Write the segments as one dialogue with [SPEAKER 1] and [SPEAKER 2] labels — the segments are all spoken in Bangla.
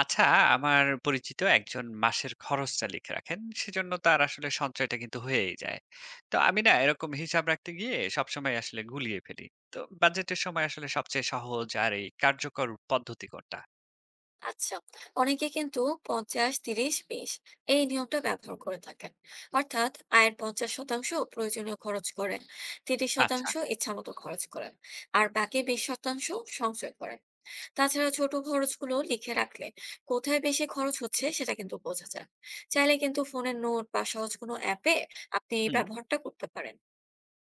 [SPEAKER 1] আচ্ছা, আমার পরিচিত একজন মাসের খরচটা লিখে রাখেন। সেজন্য তার আসলে সঞ্চয়টা কিন্তু হয়েই যায়। তো আমি না এরকম হিসাব রাখতে গিয়ে সবসময় আসলে গুলিয়ে ফেলি। তো বাজেটের সময় আসলে সবচেয়ে সহজ আর এই কার্যকর পদ্ধতি কোনটা?
[SPEAKER 2] আচ্ছা, অনেকে কিন্তু ৫০, ৩০, ২০ এই নিয়মটা ব্যবহার করে থাকেন, অর্থাৎ আয়ের ৫০ শতাংশ প্রয়োজনীয় খরচ করেন, তিরিশ
[SPEAKER 1] আচ্ছা,
[SPEAKER 2] শতাংশ ইচ্ছামতো খরচ করেন, আর বাকি ২০ শতাংশ সঞ্চয় করেন। তাছাড়া ছোট খরচগুলো লিখে রাখলে কোথায় বেশি খরচ হচ্ছে সেটা কিন্তু বোঝা যায়। চাইলে কিন্তু ফোনের নোট বা সহজ কোনো অ্যাপে আপনি এই
[SPEAKER 1] হুম।
[SPEAKER 2] ব্যবহারটা করতে পারেন।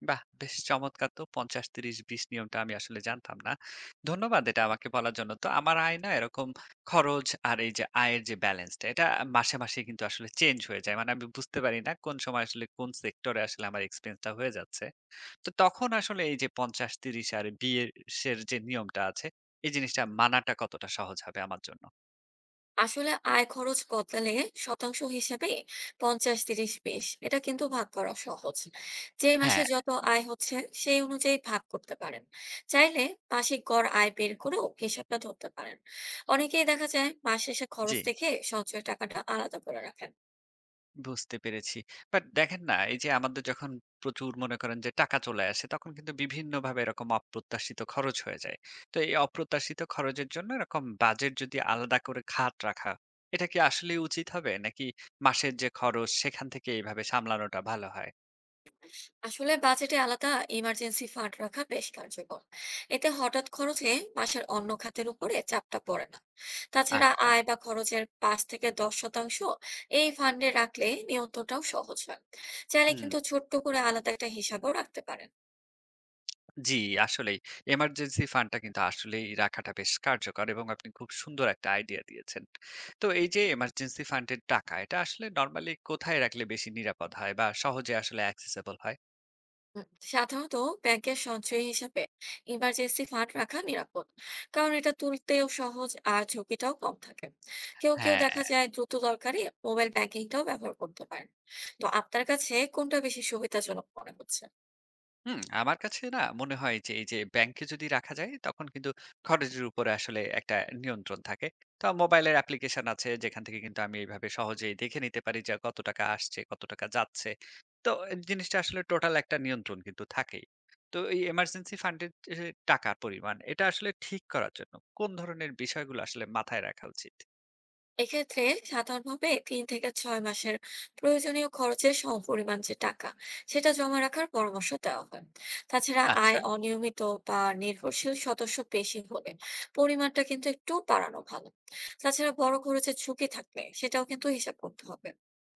[SPEAKER 1] বাহ! বেশ চমৎকার, তো ৫০, ৩০, ২০ নিয়মটা আমি আসলে জানতাম না। ধন্যবাদ এটা আমাকে বলার জন্য। তো আমার আয় না এরকম খরচ আর এই যে আয়ের যে ব্যালেন্সটা, এটা মাসে কিন্তু আসলে চেঞ্জ হয়ে যায়। মানে আমি বুঝতে পারি না কোন সময় আসলে কোন সেক্টরে আসলে আমার এক্সপেন্সটা হয়ে যাচ্ছে। তো তখন আসলে এই যে ৫০, ৩০ আর বিয়ের সের যে নিয়মটা আছে, এই জিনিসটা মানাটা কতটা সহজ হবে আমার জন্য?
[SPEAKER 2] আসলে আয় খরচ বদলালে শতাংশ হিসেবে ৫০, ৩০, ২০ এটা কিন্তু ভাগ করা সহজ। যে মাসে
[SPEAKER 1] হ্যাঁ।
[SPEAKER 2] যত আয় হচ্ছে সেই অনুযায়ী ভাগ করতে পারেন। চাইলে মাসিক গড় আয় বের করেও হিসাবটা ধরতে পারেন। অনেকেই দেখা যায় মাস শেষে
[SPEAKER 1] জি।
[SPEAKER 2] খরচ দেখে সঞ্চয় টাকাটা আলাদা করে রাখেন।
[SPEAKER 1] বুঝতে পেরেছি। বাট দেখেন না, এই যে আমাদের যখন প্রচুর, মনে করেন যে টাকা চলে আসে, তখন কিন্তু বিভিন্নভাবে এরকম অপ্রত্যাশিত খরচ হয়ে যায়। তো এই অপ্রত্যাশিত খরচের জন্য এরকম বাজেট যদি আলাদা করে খাত রাখা, এটা কি আসলেই উচিত হবে? নাকি মাসের যে খরচ, সেখান থেকে এইভাবে সামলানোটা ভালো হয়?
[SPEAKER 2] আসলে বাজেটে আলাদা ইমার্জেন্সি ফান্ড রাখা বেশ কার্যকর। এতে হঠাৎ খরচে মাসের অন্য খাতের উপরে চাপটা পড়ে না। তাছাড়া
[SPEAKER 1] আচ্ছা,
[SPEAKER 2] আয় বা খরচের ৫ থেকে ১০ শতাংশ এই ফান্ডে রাখলে নিয়ন্ত্রণটাও সহজ হয়। চাইলে
[SPEAKER 1] হুম।
[SPEAKER 2] কিন্তু ছোট্ট করে আলাদা একটা হিসাবও রাখতে পারেন।
[SPEAKER 1] জি, আসলেই। এমার্জেন্সি ফান্ডটা কিন্তু আসলেই রাখাটা বেশ কার্যকর, এবং আপনি খুব সুন্দর একটা আইডিয়া দিয়েছেন। তো এই যে এমার্জেন্সি ফান্ডের টাকা, এটা আসলে নরমালি কোথায় রাখলে বেশি নিরাপদ হয় বা সহজে আসলে অ্যাক্সেসিবল হয়?
[SPEAKER 2] হুম, সাধারণত ব্যাংকের সঞ্চয় হিসাবে ইমার্জেন্সি ফান্ড রাখা নিরাপদ, কারণ এটা তুলতেও সহজ আর ঝুঁকিটাও কম থাকে। কেউ কেউ
[SPEAKER 1] হ্যাঁ।
[SPEAKER 2] দেখা যায় দ্রুত দরকারি মোবাইল ব্যাংকিংটাও ব্যবহার করতে পারেন। তো আপনার কাছে কোনটা বেশি সুবিধাজনক মনে হচ্ছে?
[SPEAKER 1] হুম, আমার কাছে না মনে হয় যে এই যে ব্যাংকে যদি রাখা যায় তখন কিন্তু খরচের উপরে আসলে একটা নিয়ন্ত্রণ থাকে। তো মোবাইলের অ্যাপ্লিকেশন আছে যেখান থেকে কিন্তু আমি এইভাবে সহজেই দেখে নিতে পারি যে কত টাকা আসছে, কত টাকা যাচ্ছে। তো এই জিনিসটা আসলে টোটাল একটা নিয়ন্ত্রণ কিন্তু থাকেই। তো এই এমার্জেন্সি ফান্ডের যে টাকার পরিমাণ, এটা আসলে ঠিক করার জন্য কোন ধরনের বিষয়গুলো আসলে মাথায় রাখা উচিত?
[SPEAKER 2] এক্ষেত্রে সাধারণভাবে ৩ থেকে ৬ মাসের প্রয়োজনীয় খরচের সমপরিমাণ যে টাকা, সেটা জমা রাখার পরামর্শ দেওয়া হয়। তাছাড়া
[SPEAKER 1] আচ্ছা।
[SPEAKER 2] আয় অনিয়মিত বা নির্ভরশীল সদস্য বেশি হলে পরিমাণটা কিন্তু একটু বাড়ানো ভালো। তাছাড়া বড় খরচের ঝুঁকি থাকলে সেটাও কিন্তু হিসাব করতে হবে।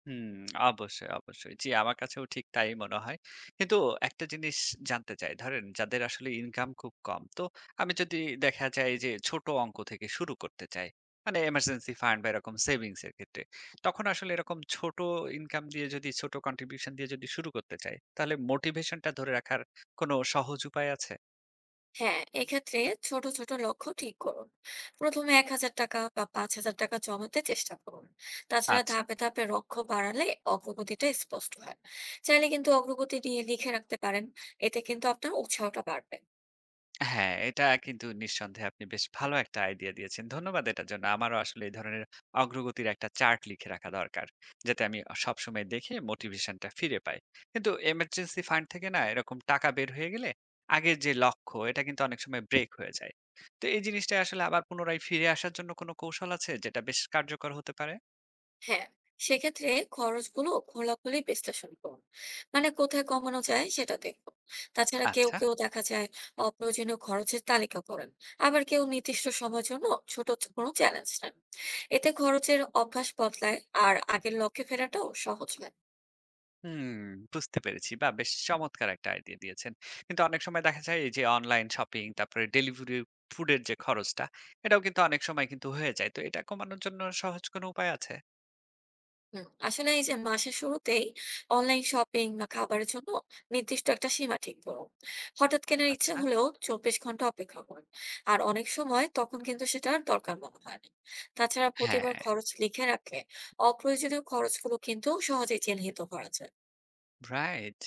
[SPEAKER 1] হুম, অবশ্যই, অবশ্যই। জি, আমার কাছেও ঠিক তাই মনে হয়। কিন্তু একটা জিনিস জানতে চাই, ধরেন যাদের আসলে ইনকাম খুব কম, তো আমি যদি, দেখা যায় যে ছোট অঙ্ক থেকে শুরু করতে চাই, মানে এমার্জেন্সি ফান্ড বা এরকম সেভিংস এর ক্ষেত্রে, তখন আসলে এরকম ছোট ইনকাম দিয়ে যদি ছোট কন্ট্রিবিউশন দিয়ে যদি শুরু করতে চাই, তাহলে মোটিভেশনটা ধরে রাখার কোনো সহজ উপায় আছে?
[SPEAKER 2] হ্যাঁ, এক্ষেত্রে ছোট, ছোট লক্ষ্য ঠিক করুন। প্রথমে ৳১,০০০ বা ৳৫,০০০ জমাতে চেষ্টা করুন। তাছাড়া
[SPEAKER 1] আচ্ছা।
[SPEAKER 2] ধাপে, ধাপে লক্ষ্য বাড়ালে অগ্রগতিটা স্পষ্ট হয়। চাইলে কিন্তু অগ্রগতি নিয়ে লিখে রাখতে পারেন। এতে কিন্তু আপনার উৎসাহটা বাড়বে।
[SPEAKER 1] হ্যাঁ, এটা কিন্তু নিঃসন্দেহে আপনি বেশ ভালো একটা আইডিয়া দিয়েছেন। ধন্যবাদ এটার জন্য। আমারও আসলে এই ধরনের অগ্রগতির একটা চার্ট লিখে রাখা দরকার, যাতে আমি অ সবসময় দেখে মোটিভেশনটা ফিরে পাই। কিন্তু এমার্জেন্সি ফান্ড থেকে না এরকম টাকা বের হয়ে গেলে আগের যে লক্ষ্য এটা কিন্তু অনেক সময় ব্রেক হয়ে যায়। তো এই জিনিসটা আসলে আবার পুনরায় ফিরে আসার জন্য কোনো কৌশল আছে যেটা বেশ কার্যকর হতে পারে?
[SPEAKER 2] হ্যাঁ, সেক্ষেত্রে খরচগুলো খোলাখুলি বিশ্লেষণ করুন, মানে কোথায় কমানো যায় সেটা দেখুন। তাছাড়া কেউ
[SPEAKER 1] আচ্ছা।
[SPEAKER 2] কেউ দেখা যায় অপ্রয়োজনীয় খরচের তালিকা করেন, আবার কেউ নির্দিষ্ট সময়ের জন্য ছোট কোনো চ্যালেঞ্জ নেন। এতে খরচের অভ্যাস বদলায় আর আগের লক্ষ্যে ফেরাটাও সহজ হয়।
[SPEAKER 1] হুম, বুঝতে পেরেছি। বাহ! বেশ চমৎকার একটা আইডিয়া দিয়েছেন। কিন্তু অনেক সময় দেখা যায় এই যে অনলাইন শপিং, তারপরে ডেলিভারি ফুডের যে খরচটা, এটাও কিন্তু অনেক সময় কিন্তু হয়ে যায়। তো এটা কমানোর জন্য সহজ কোনো উপায় আছে?
[SPEAKER 2] হুম, আসলে এই যে মাসের শুরুতেই অনলাইন শপিং বা খাবারের জন্য নির্দিষ্ট একটা সীমা ঠিক করুন। হঠাৎ কেনার ইচ্ছা
[SPEAKER 1] আচ্ছা,
[SPEAKER 2] হলেও ২৪ ঘন্টা অপেক্ষা করুন, আর অনেক সময় তখন কিন্তু সেটা আর দরকার মনে হয় না। তাছাড়া প্রতিবার
[SPEAKER 1] হ্যাঁ।
[SPEAKER 2] খরচ লিখে রাখলে অপ্রয়োজনীয় খরচগুলো কিন্তু সহজেই চিহ্নিত করা যায়।
[SPEAKER 1] রাইট।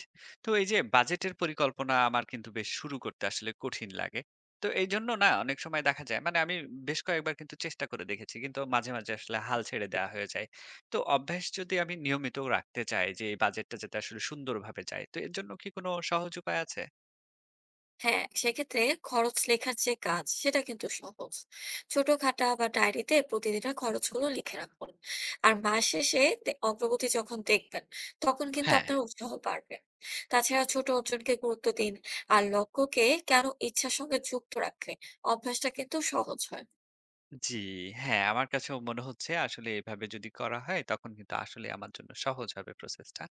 [SPEAKER 1] তো এই যে বাজেটের পরিকল্পনা আমার কিন্তু বেশ শুরু করতে আসলে কঠিন লাগে। তো এইজন্য না অনেক সময় দেখা যায়, মানে আমি বেশ কয়েকবার কিন্তু চেষ্টা করে দেখেছি। কিন্তু মাঝে আসলে হাল ছেড়ে দেয়া হয়ে যায়। তো অভ্যাস যদি আমি নিয়মিত রাখতে চাই যে এই বাজেটটা যাতে আসলে সুন্দরভাবে যায়, তো এর জন্য কি কোনো সহজ উপায় আছে?
[SPEAKER 2] হ্যাঁ, সেক্ষেত্রে খরচ লেখার যে কাজ সেটা কিন্তু সহজ। ছোট খাতা বা ডায়েরিতে প্রতিদিনের খরচগুলো লিখে রাখুন। আর মাস শেষে অগ্রগতি যখন দেখবেন তখন কিন্তু
[SPEAKER 1] হ্যাঁ।
[SPEAKER 2] আপনার উৎসাহ বাড়বে। তাছাড়া ছোট অর্জনকে গুরুত্ব দিন, আর লক্ষ্যকে কেন ইচ্ছার সঙ্গে যুক্ত রাখলে অভ্যাসটা কিন্তু সহজ হয়।
[SPEAKER 1] জি, হ্যাঁ, আমার কাছেও মনে হচ্ছে আসলে এভাবে যদি করা হয় তখন কিন্তু আসলে আমার জন্য সহজ হবে প্রসেসটা।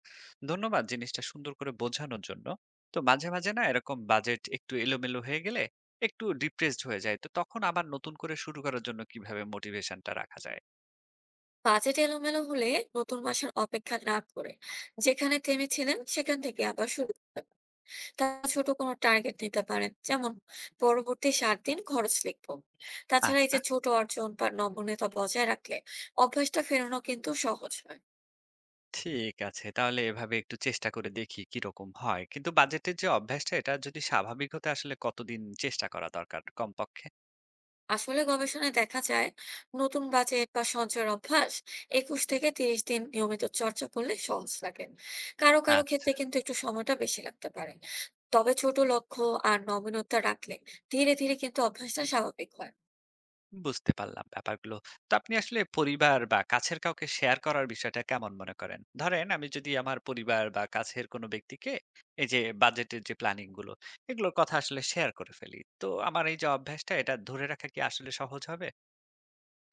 [SPEAKER 1] ধন্যবাদ জিনিসটা সুন্দর করে বোঝানোর জন্য। তো মাঝে না এরকম বাজেট একটু এলোমেলো হয়ে গেলে একটু ডিপ্রেসড হয়ে যায়। তো তখন আবার নতুন করে শুরু করার জন্য কিভাবে মোটিভেশনটা রাখা যায়?
[SPEAKER 2] বাজেট এলোমেলো হলে নতুন মাসের অপেক্ষা না করে যেখানে থেমেছিলেন সেখান থেকে আবার শুরু করুন। তারা ছোট কোনো টার্গেট নিতে পারেন। যেমন পরবর্তী ৭ দিন খরচ লিখব। তাছাড়া এই
[SPEAKER 1] আচ্ছা,
[SPEAKER 2] যে ছোট অর্জন বা নমনীয়তা বজায় রাখলে অভ্যাসটা ফেরানো কিন্তু সহজ হয়।
[SPEAKER 1] ঠিক আছে। তাহলে এভাবে একটু চেষ্টা করে দেখি কিরকম হয়। কিন্তু বাজেটের যে অভ্যাসটা এটা যদি স্বাভাবিক হতে আসলে কতদিন চেষ্টা করা দরকার কমপক্ষে?
[SPEAKER 2] আসলে গবেষণায় দেখা যায় নতুন বাজেট বা সঞ্চয়ের অভ্যাস ২১ থেকে ৩০ দিন নিয়মিত চর্চা করলে সহজ লাগে। কারো, কারো
[SPEAKER 1] আচ্ছা।
[SPEAKER 2] ক্ষেত্রে কিন্তু একটু সময়টা বেশি লাগতে পারে। তবে ছোট লক্ষ্য আর নমনীয়তা রাখলে ধীরে, ধীরে কিন্তু অভ্যাসটা স্বাভাবিক হয়।
[SPEAKER 1] বুঝতে পারলাম ব্যাপারগুলো। তো আপনি আসলে পরিবার বা কাছের কাউকে শেয়ার করার বিষয়টা কেমন মনে করেন? ধরেন আমি যদি আমার পরিবার বা কাছের কোনো ব্যক্তিকে এই যে বাজেটের যে প্ল্যানিং গুলো, এগুলোর কথা আসলে শেয়ার করে ফেলি, তো আমার এই যে অভ্যাসটা এটা ধরে রাখা কি আসলে সহজ হবে?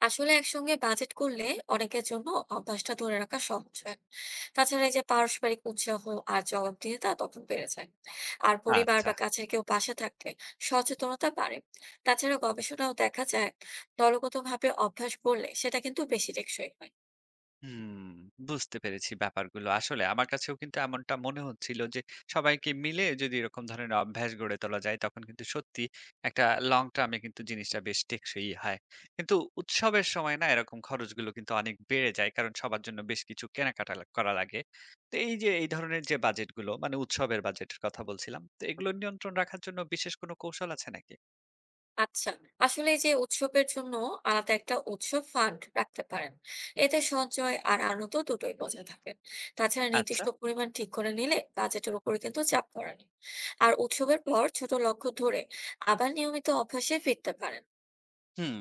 [SPEAKER 2] আসলে একসঙ্গে বাজেট করলে অনেকের জন্য অভ্যাসটা ধরে রাখা সহজ হয়। তাছাড়া এই যে পারস্পরিক উৎসাহ আর জবাবদিহিতা তখন বেড়ে যায়। আর পরিবার
[SPEAKER 1] আচ্ছা।
[SPEAKER 2] বা কাছের কেউ পাশে থাকলে সচেতনতা বাড়ে। তাছাড়া গবেষণাও দেখা যায় দলগতভাবে অভ্যাস করলে সেটা কিন্তু বেশি টেকসই হয়।
[SPEAKER 1] হুম, বুঝতে পেরেছি ব্যাপারগুলো। আসলে আমার কাছেও কিন্তু এমনটা মনে হচ্ছিল যে, সবাইকে মিলে যদি এরকম ধরনের অভ্যাস গড়ে তোলা যায়, তখন কিন্তু সত্যি একটা লং টার্ম এ কিন্তু জিনিসটা বেশ টেকসই হয়। কিন্তু উৎসবের সময় না এরকম খরচগুলো কিন্তু অনেক বেড়ে যায়, কারণ সবার জন্য বেশ কিছু কেনাকাটা লা করা লাগে। তো এই যে এই ধরনের যে বাজেটগুলো, মানে উৎসবের বাজেটের কথা বলছিলাম, তো এগুলো নিয়ন্ত্রণ রাখার জন্য বিশেষ কোনো কৌশল আছে নাকি?
[SPEAKER 2] আচ্ছা, আসলে এই যে উৎসবের জন্য আলাদা একটা উৎসব ফান্ড রাখতে পারেন। এতে সঞ্চয় আর আনন্দ দুটোই বজায় থাকে। তাছাড়া
[SPEAKER 1] আচ্ছা।
[SPEAKER 2] নির্দিষ্ট পরিমাণ ঠিক করে নিলে বাজেটের উপরে কিন্তু চাপ পড়ে না। আর উৎসবের পর ছোট লক্ষ্য ধরে আবার নিয়মিত অভ্যাসে ফিরতে পারেন।
[SPEAKER 1] হুম,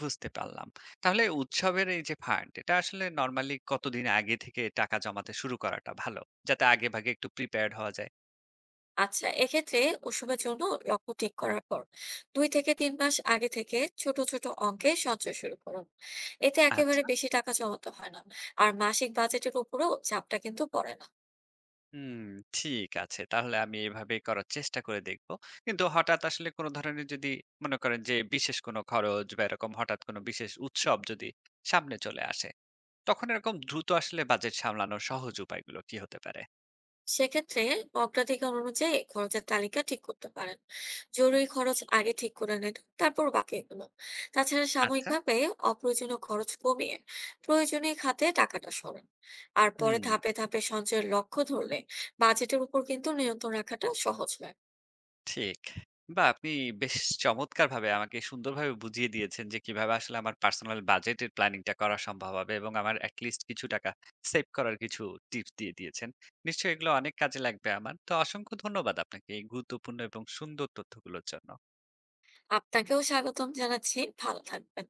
[SPEAKER 1] বুঝতে পারলাম। তাহলে উৎসবের এই যে ফান্ড, এটা আসলে নরমালি কতদিন আগে থেকে টাকা জমাতে শুরু করাটা ভালো, যাতে আগেভাগে একটু প্রিপেয়ার্ড হওয়া যায়?
[SPEAKER 2] আচ্ছা, এক্ষেত্রে উৎসবের জন্য লক্ষ্য ঠিক করার পর ২ থেকে ৩ মাস আগে থেকে ছোট ছোট অঙ্কে সঞ্চয় শুরু করুন। এতে একেবারে
[SPEAKER 1] আচ্ছা।
[SPEAKER 2] বেশি টাকা জমাতে হয় না, আর মাসিক বাজেটের উপরেও চাপটা কিন্তু পড়ে না।
[SPEAKER 1] হুম, ঠিক আছে। তাহলে আমি এভাবে করার চেষ্টা করে দেখব। কিন্তু হঠাৎ আসলে কোনো ধরনের যদি, মনে করেন যে বিশেষ কোনো খরচ বা এরকম হঠাৎ কোনো বিশেষ উৎসব যদি সামনে চলে আসে, তখন এরকম দ্রুত আসলে বাজেট সামলানোর সহজ উপায়গুলো কি হতে পারে?
[SPEAKER 2] সেক্ষেত্রে অগ্রাধিকার অনুযায়ী খরচের তালিকা ঠিক করতে পারেন। জরুরি খরচ আগে ঠিক করে নিন, তারপর বাকিগুলো। তাছাড়া
[SPEAKER 1] আচ্ছা।
[SPEAKER 2] সাময়িকভাবে অপ্রয়োজনীয় খরচ কমিয়ে প্রয়োজনীয় খাতে টাকাটা সরান। আর পরে
[SPEAKER 1] হুম।
[SPEAKER 2] ধাপে ধাপে সঞ্চয়ের লক্ষ্য ধরলে বাজেটের উপর কিন্তু নিয়ন্ত্রণ রাখাটা সহজ হয়।
[SPEAKER 1] ঠিক। বাহ! আপনি বেশ চমৎকারভাবে আমাকে সুন্দরভাবে বুঝিয়ে দিয়েছেন যে কিভাবে আসলে আমার পার্সোনাল বাজেটের প্ল্যানিংটা করা সম্ভব হবে, এবং আমার at least কিছু টাকা সেভ করার কিছু টিপস দিয়ে দিয়েছেন। নিশ্চয়ই এগুলো অনেক কাজে লাগবে আমার। তো অসংখ্য ধন্যবাদ আপনাকে এই গুরুত্বপূর্ণ এবং সুন্দর তথ্যগুলোর জন্য।
[SPEAKER 2] আপনাকেও স্বাগতম জানাচ্ছি। ভালো থাকবেন।